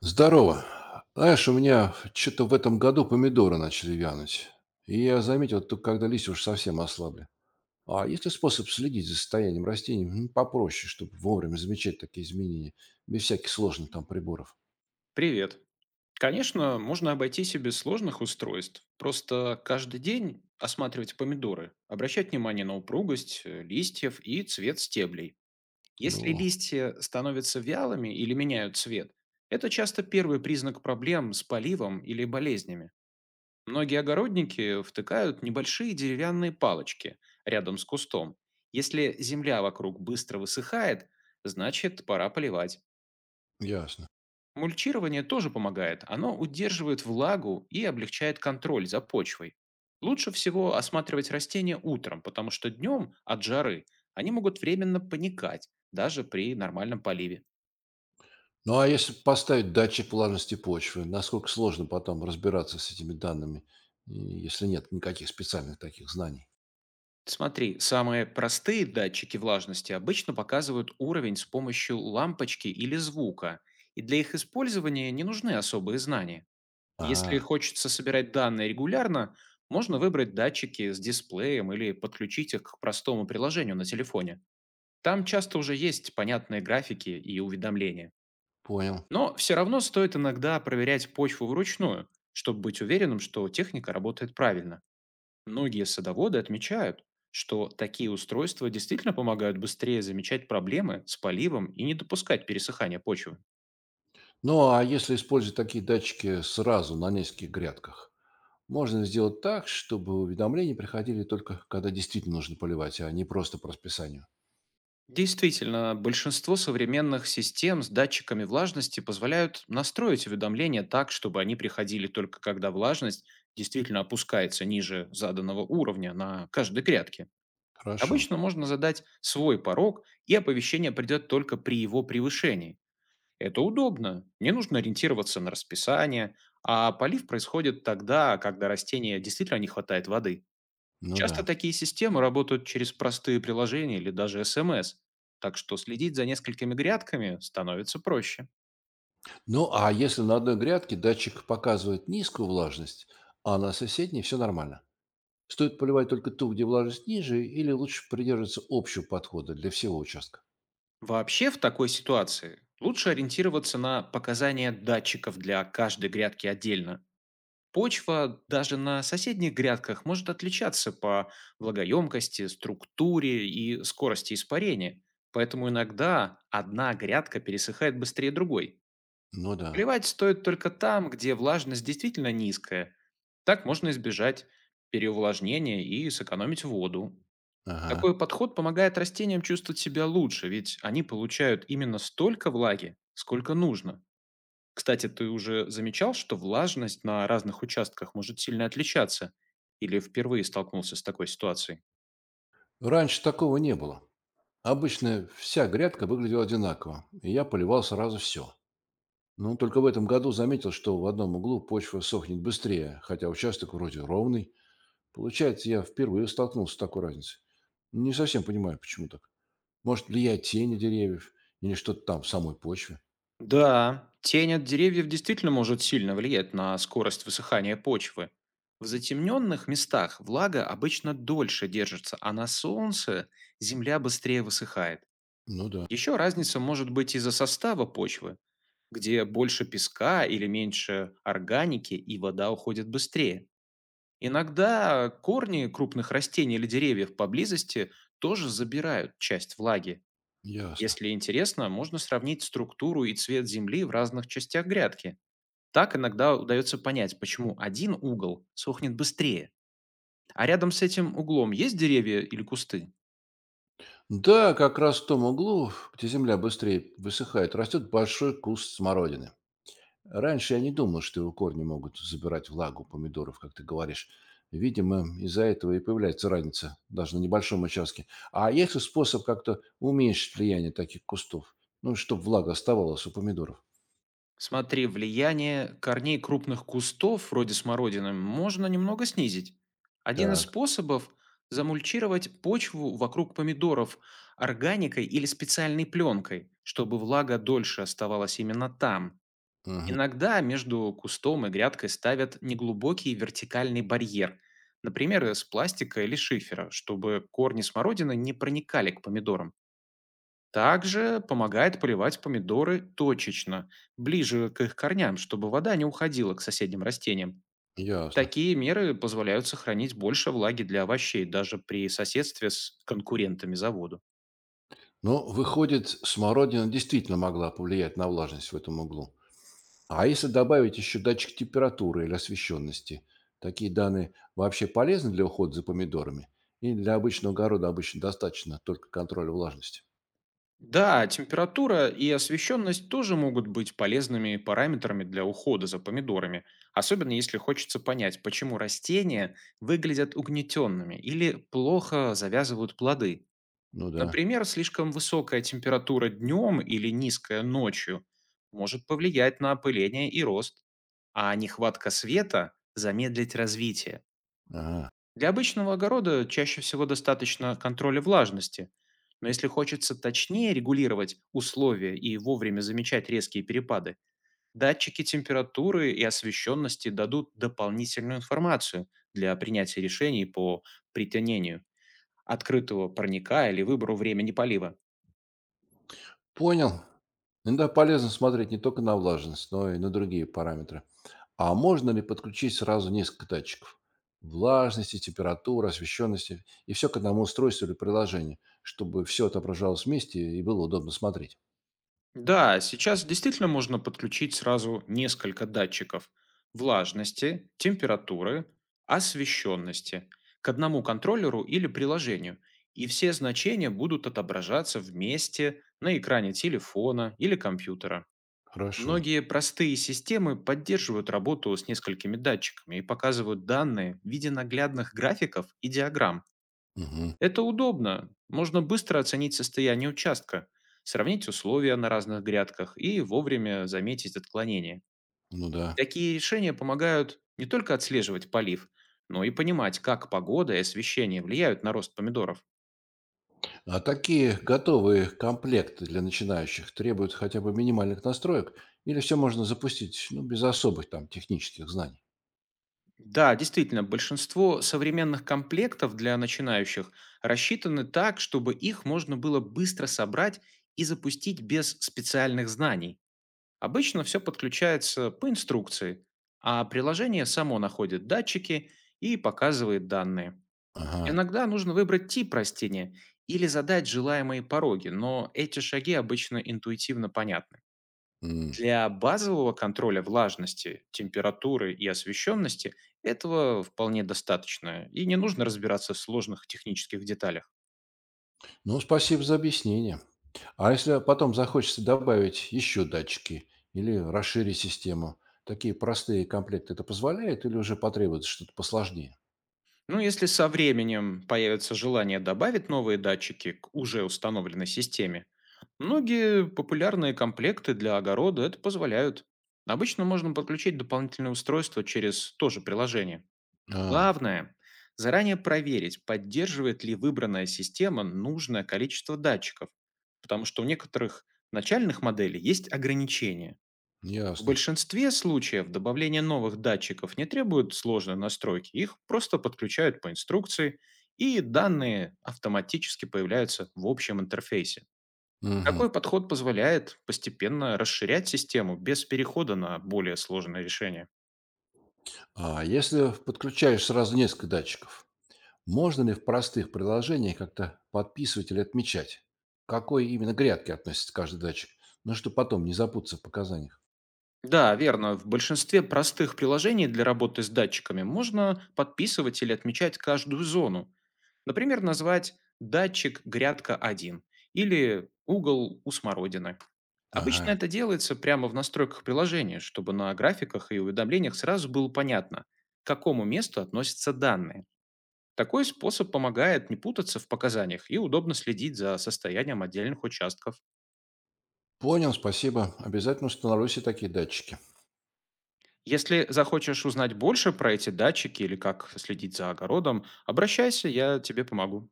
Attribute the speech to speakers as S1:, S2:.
S1: Здорово. Знаешь, у меня что-то в этом году помидоры начали вянуть. И я заметил, только когда листья уж совсем ослабли. А есть ли способ следить за состоянием растений попроще, чтобы вовремя замечать такие изменения, без всяких сложных там приборов?
S2: Привет. Конечно, можно обойтись и без сложных устройств. Просто каждый день осматривать помидоры, обращать внимание на упругость листьев и цвет стеблей. Если
S1: Ну,
S2: листья становятся вялыми или меняют цвет, это часто первый признак проблем с поливом или болезнями. Многие огородники втыкают небольшие деревянные палочки рядом с кустом. Если земля вокруг быстро высыхает, значит пора поливать.
S1: ясно.
S2: Мульчирование тоже помогает. Оно удерживает влагу и облегчает контроль за почвой. Лучше всего осматривать растения утром, потому что днем от жары они могут временно паникать, даже при нормальном поливе.
S1: Ну, а если поставить датчик влажности почвы, насколько сложно потом разбираться с этими данными, и если нет никаких специальных таких знаний?
S2: Смотри, самые простые датчики влажности обычно показывают уровень с помощью лампочки или звука, и для их использования не нужны особые знания. Если
S1: Ага,
S2: хочется собирать данные регулярно, можно выбрать датчики с дисплеем или подключить их к простому приложению на телефоне. Там часто уже есть понятные графики и уведомления.
S1: понял.
S2: Но все равно стоит иногда проверять почву вручную, чтобы быть уверенным, что техника работает правильно. Многие садоводы отмечают, что такие устройства действительно помогают быстрее замечать проблемы с поливом и не допускать пересыхания почвы.
S1: Ну, а если использовать такие датчики сразу на нескольких грядках? Можно сделать так, чтобы уведомления приходили только когда действительно нужно поливать, а не просто по расписанию.
S2: Действительно, большинство современных систем с датчиками влажности позволяют настроить уведомления так, чтобы они приходили только когда влажность действительно опускается ниже заданного уровня на каждой грядке.
S1: Хорошо.
S2: Обычно можно задать свой порог, и оповещение придет только при его превышении. Это удобно, не нужно ориентироваться на расписание, а полив происходит тогда, когда растения действительно не хватает воды.
S1: Ну
S2: Часто
S1: да.
S2: такие системы работают через простые приложения или даже СМС, так что следить за несколькими грядками становится проще.
S1: Ну а если на одной грядке датчик показывает низкую влажность, а на соседней все нормально? Стоит поливать только ту, где влажность ниже, или лучше придерживаться общего подхода для всего участка?
S2: Вообще в такой ситуации лучше ориентироваться на показания датчиков для каждой грядки отдельно. Почва даже на соседних грядках может отличаться по влагоемкости, структуре и скорости испарения, поэтому иногда одна грядка пересыхает быстрее другой.
S1: Ну да.
S2: Поливать стоит только там, где влажность действительно низкая. Так можно избежать переувлажнения и сэкономить воду.
S1: Ага.
S2: Такой подход помогает растениям чувствовать себя лучше, ведь они получают именно столько влаги, сколько нужно. Кстати, ты уже замечал, что влажность на разных участках может сильно отличаться? Или впервые столкнулся с такой ситуацией?
S1: Раньше такого не было. Обычно вся грядка выглядела одинаково, и я поливал сразу все. Ну, только в этом году заметил, что в одном углу почва сохнет быстрее, хотя участок вроде ровный. Получается, я впервые столкнулся с такой разницей. Не совсем понимаю, почему так. Может, влияет тени деревьев или что-то там в самой почве?
S2: Да, тень от деревьев действительно может сильно влиять на скорость высыхания почвы. В затемненных местах влага обычно дольше держится, а на солнце земля быстрее высыхает.
S1: Ну да,
S2: Еще разница может быть из-за состава почвы, где больше песка или меньше органики, и вода уходит быстрее. Иногда корни крупных растений или деревьев поблизости тоже забирают часть влаги,
S1: ясно.
S2: если интересно, можно сравнить структуру и цвет земли в разных частях грядки. Так иногда удается понять, почему один угол сохнет быстрее, а рядом с этим углом есть деревья или кусты.
S1: Да, как раз в том углу, где земля быстрее высыхает, растет большой куст смородины. Раньше я не думал, что его корни могут забирать влагу у помидоров, как ты говоришь. Видимо, из-за этого и появляется разница, даже на небольшом участке. А есть ли способ как-то уменьшить влияние таких кустов? Ну, чтобы влага оставалась у помидоров.
S2: Смотри, влияние корней крупных кустов, вроде смородины, можно немного снизить. Один из
S1: Так,
S2: способов – замульчировать почву вокруг помидоров органикой или специальной пленкой, чтобы влага дольше оставалась именно там.
S1: мгм,
S2: Иногда между кустом и грядкой ставят неглубокий вертикальный барьер, например, из пластика или шифера, чтобы корни смородины не проникали к помидорам. Также помогает поливать помидоры точечно, ближе к их корням, чтобы вода не уходила к соседним растениям.
S1: ясно.
S2: Такие меры позволяют сохранить больше влаги для овощей даже при соседстве с конкурентами завода.
S1: Но выходит, смородина действительно могла повлиять на влажность в этом углу. А если добавить еще датчик температуры или освещенности, такие данные вообще полезны для ухода за помидорами? И для обычного огорода обычно достаточно только контроля влажности.
S2: Да, температура и освещенность тоже могут быть полезными параметрами для ухода за помидорами, особенно если хочется понять, почему растения выглядят угнетенными или плохо завязывают плоды.
S1: Ну да.
S2: Например, слишком высокая температура днем или низкая ночью может повлиять на опыление и рост, а нехватка света замедлить развитие.
S1: Ага.
S2: Для обычного огорода чаще всего достаточно контроля влажности, но если хочется точнее регулировать условия и вовремя замечать резкие перепады, датчики температуры и освещенности дадут дополнительную информацию для принятия решений по притянению открытого парника или выбору времени полива.
S1: Понял. Иногда полезно смотреть не только на влажность, но и на другие параметры. А можно ли подключить сразу несколько датчиков? Влажности, температуры, освещенности. И все к одному устройству или приложению, чтобы все отображалось вместе и было удобно смотреть.
S2: Да, сейчас действительно можно подключить сразу несколько датчиков влажности, температуры, освещенности к одному контроллеру или приложению, и все значения будут отображаться вместе на экране телефона или компьютера.
S1: Хорошо.
S2: Многие простые системы поддерживают работу с несколькими датчиками и показывают данные в виде наглядных графиков и диаграмм.
S1: Мгм.
S2: Это удобно. Можно быстро оценить состояние участка, сравнить условия на разных грядках и вовремя заметить отклонения.
S1: Ну да.
S2: Такие решения помогают не только отслеживать полив, но и понимать, как погода и освещение влияют на рост помидоров.
S1: А такие готовые комплекты для начинающих требуют хотя бы минимальных настроек? Или все можно запустить без особых там технических знаний?
S2: Да, действительно, большинство современных комплектов для начинающих рассчитаны так, чтобы их можно было быстро собрать и запустить без специальных знаний. Обычно все подключается по инструкции, а приложение само находит датчики и показывает данные.
S1: Ага.
S2: Иногда нужно выбрать тип растения или задать желаемые пороги, но эти шаги обычно интуитивно понятны.
S1: М.
S2: Для базового контроля влажности, температуры и освещенности этого вполне достаточно, и не нужно разбираться в сложных технических деталях.
S1: Ну, спасибо за объяснение. А если потом захочется добавить еще датчики или расширить систему, такие простые комплекты это позволяет или уже потребуется что-то посложнее?
S2: Ну, если со временем появится желание добавить новые датчики к уже установленной системе, многие популярные комплекты для огорода это позволяют. Обычно можно подключить дополнительное устройство через то же приложение.
S1: А,
S2: Главное – заранее проверить, поддерживает ли выбранная система нужное количество датчиков, потому что у некоторых начальных моделей есть ограничения. В
S1: ясно.
S2: большинстве случаев добавление новых датчиков не требует сложной настройки, их просто подключают по инструкции, и данные автоматически появляются в общем интерфейсе.
S1: Мгм.
S2: Такой подход позволяет постепенно расширять систему без перехода на более сложные решения.
S1: А если подключаешь сразу несколько датчиков, можно ли в простых приложениях как-то подписывать или отмечать, к какой именно грядке относится каждый датчик, ну, чтобы потом не запутаться в показаниях?
S2: Да, верно. В большинстве простых приложений для работы с датчиками можно подписывать или отмечать каждую зону. Например, назвать датчик грядка один или угол у смородины. Обычно
S1: Ага.
S2: это делается прямо в настройках приложения, чтобы на графиках и уведомлениях сразу было понятно, к какому месту относятся данные. Такой способ помогает не путаться в показаниях и удобно следить за состоянием отдельных участков.
S1: Понял, спасибо. Обязательно установлю себе такие датчики.
S2: Если захочешь узнать больше про эти датчики или как следить за огородом, обращайся, я тебе помогу.